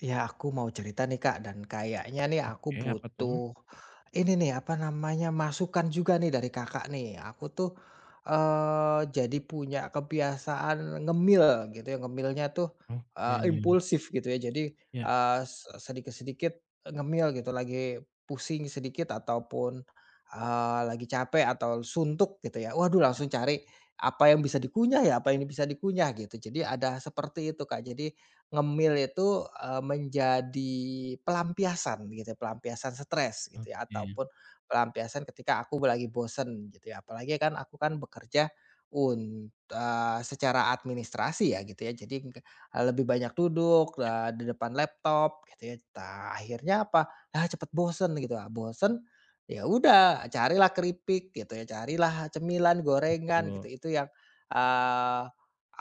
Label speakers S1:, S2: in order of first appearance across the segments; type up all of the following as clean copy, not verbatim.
S1: Ya aku mau cerita nih Kak, dan kayaknya nih aku
S2: Oke, apa tuh?
S1: butuh ini nih, apa namanya, masukan juga nih dari Kakak nih. Aku tuh jadi punya kebiasaan ngemil gitu ya, ngemilnya tuh
S2: Oke,
S1: impulsif gitu ya. Jadi
S2: ya,
S1: sedikit-sedikit ngemil gitu, lagi pusing sedikit ataupun lagi capek atau suntuk gitu ya. Waduh, langsung cari apa yang bisa dikunyah ya, apa yang bisa dikunyah gitu. Jadi ada seperti itu Kak. Jadi ngemil itu, menjadi pelampiasan gitu ya, pelampiasan stres gitu ya,
S2: oke,
S1: ataupun pelampiasan ketika aku lagi bosen gitu ya. Apalagi kan aku kan bekerja secara administrasi ya gitu ya, jadi nggak lebih banyak duduk, di depan laptop gitu ya. Nah, akhirnya apa, ah, cepet bosen gitu, ah, bosen ya udah carilah keripik gitu ya, carilah cemilan, gorengan gitu,
S2: betul.
S1: itu yang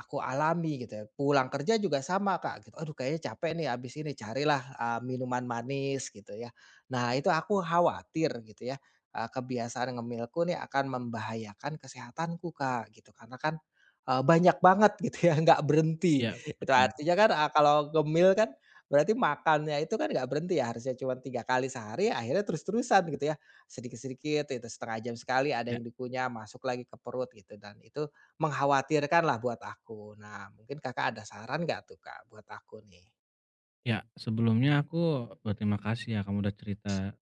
S1: aku alami gitu ya, pulang kerja juga sama Kak, gitu, aduh kayaknya capek nih abis ini carilah, minuman manis gitu ya. Nah itu aku khawatir gitu ya, kebiasaan ngemilku nih akan membahayakan kesehatanku Kak, gitu. Karena kan, banyak banget gitu ya nggak berhenti,
S2: Iya,
S1: itu
S2: betul.
S1: artinya kan, kalau ngemil kan berarti makannya itu kan nggak berhenti ya, harusnya cuma 3 kali sehari akhirnya terus-terusan gitu ya, sedikit-sedikit itu, setengah jam sekali ada
S2: Ya,
S1: yang dikunyah masuk lagi ke perut gitu dan itu, mengkhawatirkan lah buat aku. Nah, mungkin Kakak ada saran nggak tuh, Kak, buat aku nih?
S2: ya, sebelumnya aku berterima kasih ya kamu udah cerita,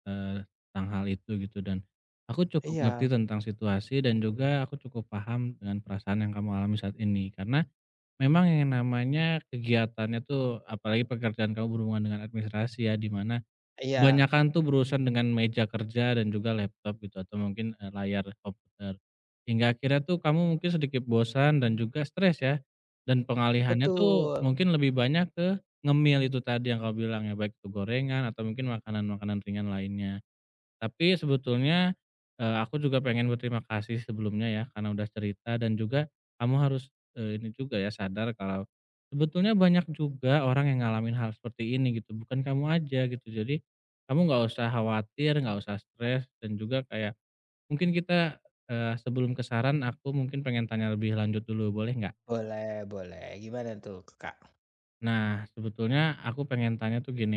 S2: tentang hal itu gitu, dan aku cukup ngerti
S1: Iya
S2: tentang situasi dan juga aku cukup paham dengan perasaan yang kamu alami saat ini. Karena memang yang namanya kegiatannya tuh apalagi pekerjaan kamu berhubungan dengan administrasi ya, di mana
S1: iya,
S2: kebanyakan tuh berurusan dengan meja kerja dan juga laptop gitu, atau mungkin, layar komputer. Hingga akhirnya tuh kamu mungkin sedikit bosan dan juga stres ya, dan pengalihannya tuh
S1: betul.
S2: mungkin lebih banyak ke ngemil itu tadi yang kau bilang ya, baik itu gorengan atau mungkin makanan-makanan ringan lainnya. Tapi sebetulnya, aku juga pengen berterima kasih sebelumnya ya, karena udah cerita dan juga kamu harus, ini juga ya, sadar kalau sebetulnya banyak juga orang yang ngalamin hal seperti ini gitu, bukan kamu aja gitu. Jadi kamu nggak usah khawatir, nggak usah stres, dan juga kayak mungkin kita, sebelum ke saran aku mungkin pengen tanya lebih lanjut dulu, boleh nggak?
S1: Boleh boleh, gimana tuh, Kak?
S2: Nah, sebetulnya aku pengen tanya tuh gini.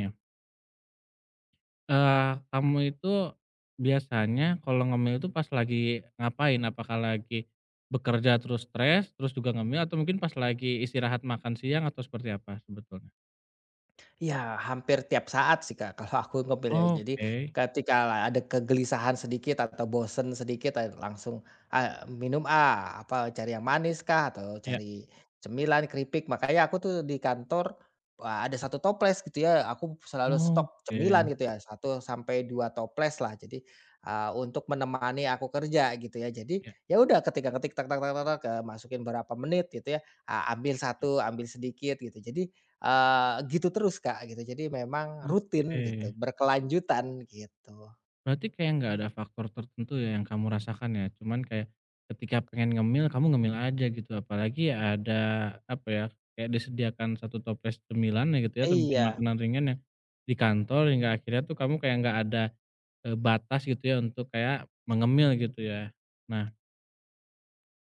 S2: Kamu itu biasanya kalau ngemil itu pas lagi ngapain? Apakah lagi bekerja terus stres, terus juga ngemil, atau mungkin pas lagi istirahat makan siang, atau seperti apa sebetulnya?
S1: Ya, hampir tiap saat sih, Kak, kalau aku ngemil ya. Jadi,
S2: Oke,
S1: ketika ada kegelisahan sedikit atau bosen sedikit, langsung, ah, minum, ah, apa, cari yang manis kah, atau
S2: iya,
S1: cari cemilan, keripik. Makanya aku tuh di kantor, ada satu toples gitu ya, aku selalu stok cemilan
S2: oke,
S1: gitu ya, satu sampai 2 toples lah. Jadi, untuk menemani aku kerja gitu ya. Jadi,
S2: iya,
S1: ya udah ketika ngetik, masukin berapa menit gitu ya, ah, ambil satu, ambil sedikit gitu. Jadi, gitu terus, Kak, gitu. Jadi memang rutin gitu,
S2: oke.
S1: berkelanjutan gitu.
S2: Berarti kayak nggak ada faktor tertentu ya yang kamu rasakan ya, cuman kayak ketika pengen ngemil, kamu ngemil aja gitu, apalagi ya ada, apa ya, kayak disediakan satu toples cemilan ya gitu ya, atau mungkin
S1: Iya,
S2: makanan ringan yang di kantor, hingga akhirnya tuh kamu kayak nggak ada, batas gitu ya untuk kayak mengemil gitu ya. Nah,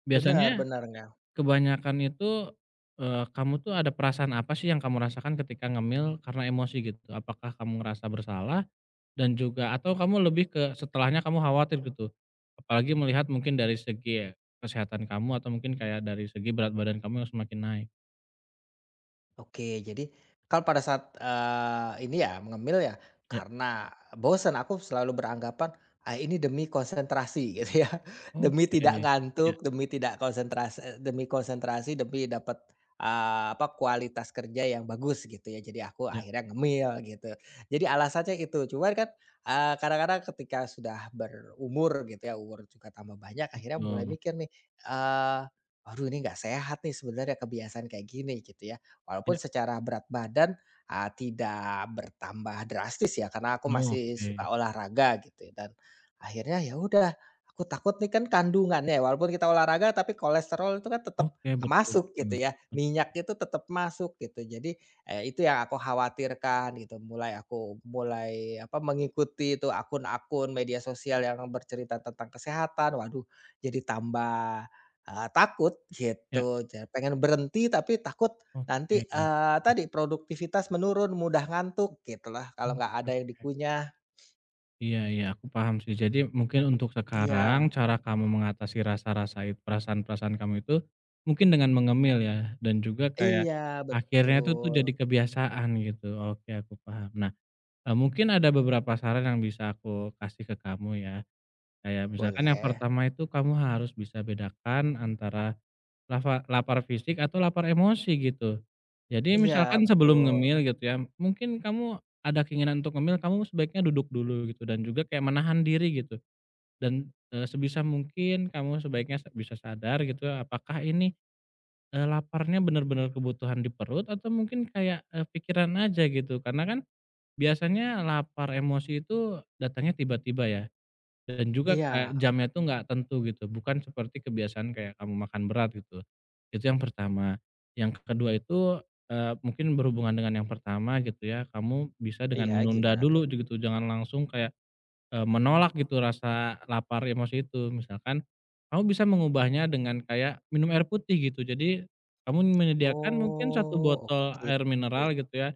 S2: biasanya
S1: benar-benar nggak.
S2: kebanyakan itu, kamu tuh ada perasaan apa sih yang kamu rasakan ketika ngemil karena emosi gitu? Apakah kamu ngerasa bersalah dan juga, atau kamu lebih ke setelahnya kamu khawatir gitu? Apalagi melihat mungkin dari segi ya kesehatan kamu, atau mungkin kayak dari segi berat badan kamu yang semakin naik.
S1: Oke, jadi kalau pada saat, ini ya ngemil ya
S2: Ya,
S1: karena bosen, aku selalu beranggapan, "Ah, ini demi konsentrasi," gitu ya, demi tidak
S2: oke. Ya,
S1: ngantuk, demi tidak konsentrasi, eh, demi konsentrasi, demi dapat, apa, kualitas kerja yang bagus gitu ya, jadi aku
S2: ya,
S1: akhirnya ngemil gitu. Jadi alasannya itu, cuman kan, kadang-kadang ketika sudah berumur gitu ya, umur juga tambah banyak, akhirnya mulai
S2: betul.
S1: mikir nih, eee, "Aduh ini nggak sehat nih sebenarnya kebiasaan kayak gini," gitu ya. Walaupun
S2: Ya,
S1: secara berat badan, tidak bertambah drastis ya, karena aku masih
S2: oke.
S1: suka olahraga gitu ya, dan akhirnya ya udah, aku takut nih kan kandungannya, ya, walaupun kita olahraga tapi kolesterol itu kan tetap
S2: Oke, betul,
S1: masuk
S2: betul.
S1: gitu ya, minyak itu tetap masuk gitu. Jadi, itu yang aku khawatirkan gitu, mulai apa, mengikuti itu akun-akun media sosial yang bercerita tentang kesehatan, waduh jadi tambah, takut
S2: Ya,
S1: gitu, pengen berhenti tapi takut
S2: oke.
S1: nanti, tadi produktivitas menurun, mudah ngantuk gitulah kalau
S2: Mmm,
S1: nggak ada yang
S2: oke.
S1: dikunyah.
S2: Iya, iya, aku paham sih. Jadi mungkin untuk
S1: Iya.
S2: sekarang cara kamu mengatasi rasa-rasa itu, perasaan-perasaan kamu itu, mungkin dengan mengemil ya, dan juga kayak
S1: Iya
S2: akhirnya itu tuh
S1: betul.
S2: jadi kebiasaan gitu. Oke, aku paham. Nah, mungkin ada beberapa saran yang bisa aku kasih ke kamu ya. Kayak misalkan yang
S1: Boleh.
S2: pertama itu kamu harus bisa bedakan antara lapar fisik atau lapar emosi gitu. Jadi
S1: Iya
S2: misalkan sebelum
S1: betul.
S2: ngemil gitu ya, mungkin kamu ada keinginan untuk ngemil, kamu sebaiknya duduk dulu gitu dan juga kayak menahan diri gitu, dan, sebisa mungkin kamu sebaiknya bisa sadar gitu apakah ini, laparnya benar-benar kebutuhan di perut, atau mungkin kayak, pikiran aja gitu. Karena kan biasanya lapar emosi itu datangnya tiba-tiba ya. Dan juga
S1: Iya.
S2: kayak jamnya tuh nggak tentu gitu, bukan seperti kebiasaan kayak kamu makan berat gitu. Itu yang pertama. Yang kedua itu, mungkin berhubungan dengan yang pertama gitu ya, kamu bisa dengan
S1: Iya
S2: menunda
S1: gimana tuh?
S2: dulu gitu, jangan langsung kayak, menolak gitu rasa lapar emosi itu. Misalkan kamu bisa mengubahnya dengan kayak minum air putih gitu. Jadi kamu menyediakan mungkin satu
S1: Oh
S2: botol
S1: oke.
S2: air mineral gitu ya,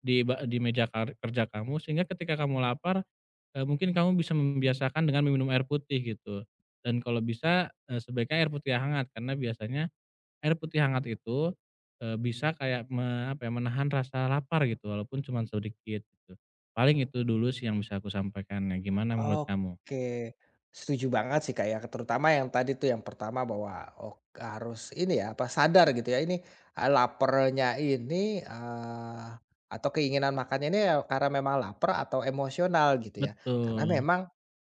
S2: di ba di meja kerja kamu, sehingga ketika kamu lapar, mungkin kamu bisa membiasakan dengan meminum air putih gitu, dan kalau bisa, sebaiknya air putih yang hangat, karena biasanya air putih hangat itu, bisa kayak apa ya, menahan rasa lapar gitu walaupun cuman sedikit gitu. Paling itu dulu sih yang bisa aku sampaikan. Nah, gimana menurut kamu?
S1: Oke, setuju banget sih, Kak, ya, terutama yang tadi tuh yang pertama bahwa ok harus ini ya, apa,
S2: Ya,
S1: sadar gitu ya, ini, laparnya ini, atau keinginan makannya ini ya karena memang lapar atau emosional gitu ya. Karena
S2: betul,
S1: memang,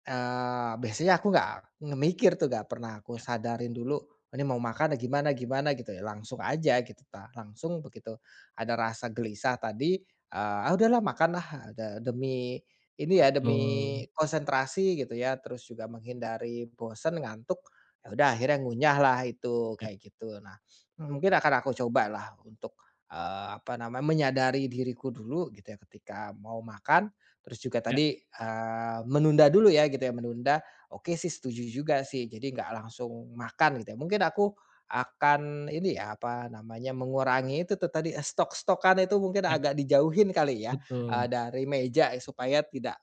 S1: biasanya aku nggak ngemikir tuh, nggak pernah aku
S2: ya,
S1: sadarin dulu, "Oh, ini mau makan gimana gimana gitu ya, langsung aja gitu langsung begitu ada rasa gelisah tadi, "Ah, udahlah makan lah," demi ini ya demi
S2: betul,
S1: konsentrasi gitu ya, terus juga menghindari bosen, ngantuk, ya udah akhirnya ngunyah lah itu,
S2: ya,
S1: kayak gitu. Nah, mungkin akan aku cobalah untuk, apa namanya, menyadari diriku dulu gitu ya ketika mau makan, terus juga
S2: ya,
S1: tadi, menunda dulu ya gitu ya, menunda, oke sih setuju juga sih, jadi nggak langsung makan gitu ya. Mungkin aku akan ini ya, apa namanya, mengurangi itu tuh tadi, stok-stokan itu mungkin
S2: ya,
S1: agak dijauhin kali ya?
S2: betul,
S1: Dari meja ya, supaya tidak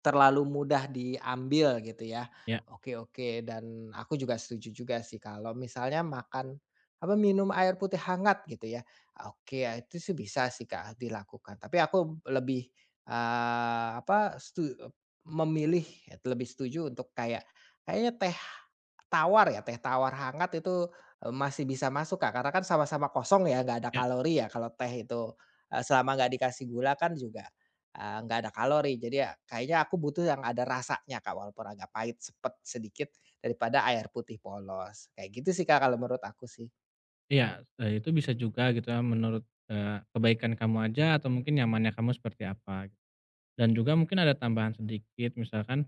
S1: terlalu mudah diambil gitu ya.
S2: ya,
S1: Oke oke, dan aku juga setuju juga sih kalau misalnya makan apa, minum air putih hangat gitu ya. Oke, ya itu sih bisa sih, Kak, dilakukan. Tapi aku lebih, eee, apa, setu memilih ya, lebih setuju untuk kayak kayaknya teh tawar ya, teh tawar hangat itu, masih bisa masuk, Kak, karena kan sama-sama kosong ya, nggak ada
S2: ya,
S1: kalori ya kalau teh itu, selama nggak dikasih gula kan juga nggak ada kalori. Jadi ya kayaknya aku butuh yang ada rasanya, Kak, walaupun agak pahit sepet sedikit daripada air putih polos. Kayak gitu sih, Kak, kalau menurut aku sih.
S2: iya, itu bisa juga gitu ya menurut, kebaikan kamu aja, atau mungkin nyamannya kamu seperti apa. Dan juga mungkin ada tambahan sedikit, misalkan,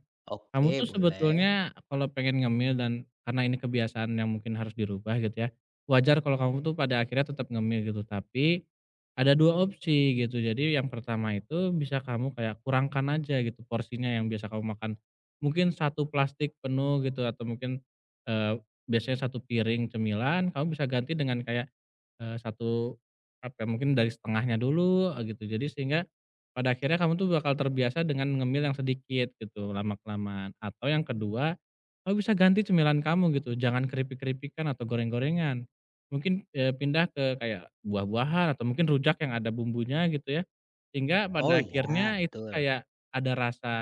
S2: kamu
S1: Oke,
S2: tuh
S1: boleh.
S2: sebetulnya kalau pengen ngemil, dan karena ini kebiasaan yang mungkin harus dirubah gitu ya, wajar kalau kamu tuh pada akhirnya tetap ngemil gitu, tapi ada 2 opsi gitu. Jadi yang pertama itu bisa kamu kayak kurangkan aja gitu porsinya yang biasa kamu makan. Mungkin satu plastik penuh gitu, atau mungkin, eee, biasanya satu piring cemilan, kamu bisa ganti dengan kayak, 1 apa ya, mungkin dari setengahnya dulu, gitu. Jadi sehingga pada akhirnya kamu tuh bakal terbiasa dengan ngemil yang sedikit gitu lama-kelamaan, atau yang kedua, kamu bisa ganti cemilan kamu gitu, jangan keripik-keripikan atau goreng-gorengan. Mungkin, pindah ke kayak buah-buahan, atau mungkin rujak yang ada bumbunya gitu ya, sehingga, iya, pada
S1: Oh,
S2: akhirnya
S1: iya,
S2: itu
S1: betul.
S2: kayak ada rasa,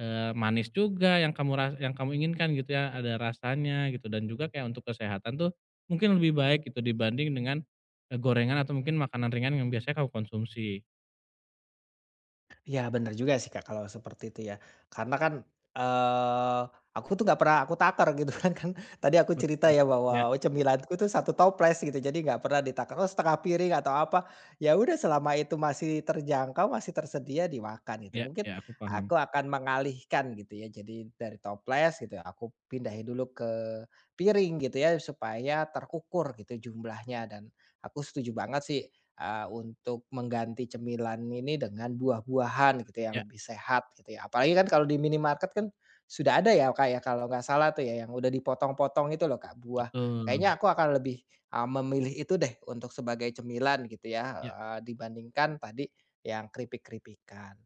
S2: manis juga yang kamu ras yang kamu inginkan gitu ya, ada rasanya gitu dan juga kayak untuk kesehatan tuh mungkin lebih baik gitu dibanding dengan, gorengan atau mungkin makanan ringan yang biasanya kamu konsumsi.
S1: Iya bener juga sih Kak kalau seperti itu ya. Karena kan, eee, aku tuh nggak pernah aku takar gitu kan kan tadi aku cerita ya
S2: Betul.
S1: bahwa oh, cemilanku tuh satu toples gitu jadi nggak pernah ditakar, oh setengah piring atau apa, ya udah selama itu masih terjangkau, masih tersedia dimakan gitu.
S2: Ya,
S1: Mungkin
S2: ya, aku paham.
S1: aku akan mengalihkan gitu ya jadi dari toples gitu aku pindahin dulu ke piring gitu ya supaya terukur gitu jumlahnya dan aku setuju banget sih untuk mengganti cemilan ini dengan buah-buahan gitu ya, yang
S2: Ya,
S1: lebih sehat gitu ya. Apalagi kan kalau di minimarket kan sudah ada ya, Kak, ya kalau nggak salah tuh ya yang udah dipotong-potong itu loh, Kak, buah.
S2: betul.
S1: Kayaknya aku akan lebih, memilih itu deh untuk sebagai cemilan gitu ya,
S2: Ya,
S1: heeh, dibandingkan tadi yang keripik-keripikan.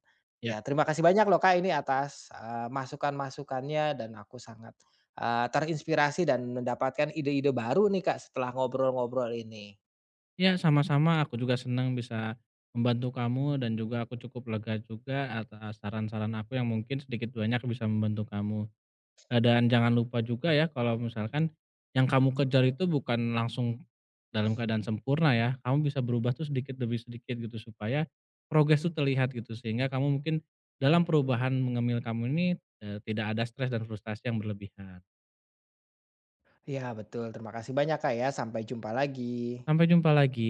S2: ya,
S1: Ya terima kasih banyak loh, Kak, ini atas, masukan-masukannya dan aku sangat, terinspirasi dan mendapatkan ide-ide baru nih, Kak, setelah ngobrol-ngobrol ini.
S2: ya, sama-sama, aku juga senang bisa membantu kamu, dan juga aku cukup lega juga atas saran-saran aku yang mungkin sedikit banyak bisa membantu kamu. Dan jangan lupa juga ya, kalau misalkan yang kamu kejar itu bukan langsung dalam keadaan sempurna ya, kamu bisa berubah tuh sedikit demi sedikit gitu supaya progres tuh terlihat gitu, sehingga kamu mungkin dalam perubahan mengemil kamu ini, tidak ada stres dan frustasi yang berlebihan.
S1: Iya betul, terima kasih banyak Kak ya, sampai jumpa lagi.
S2: Sampai jumpa lagi.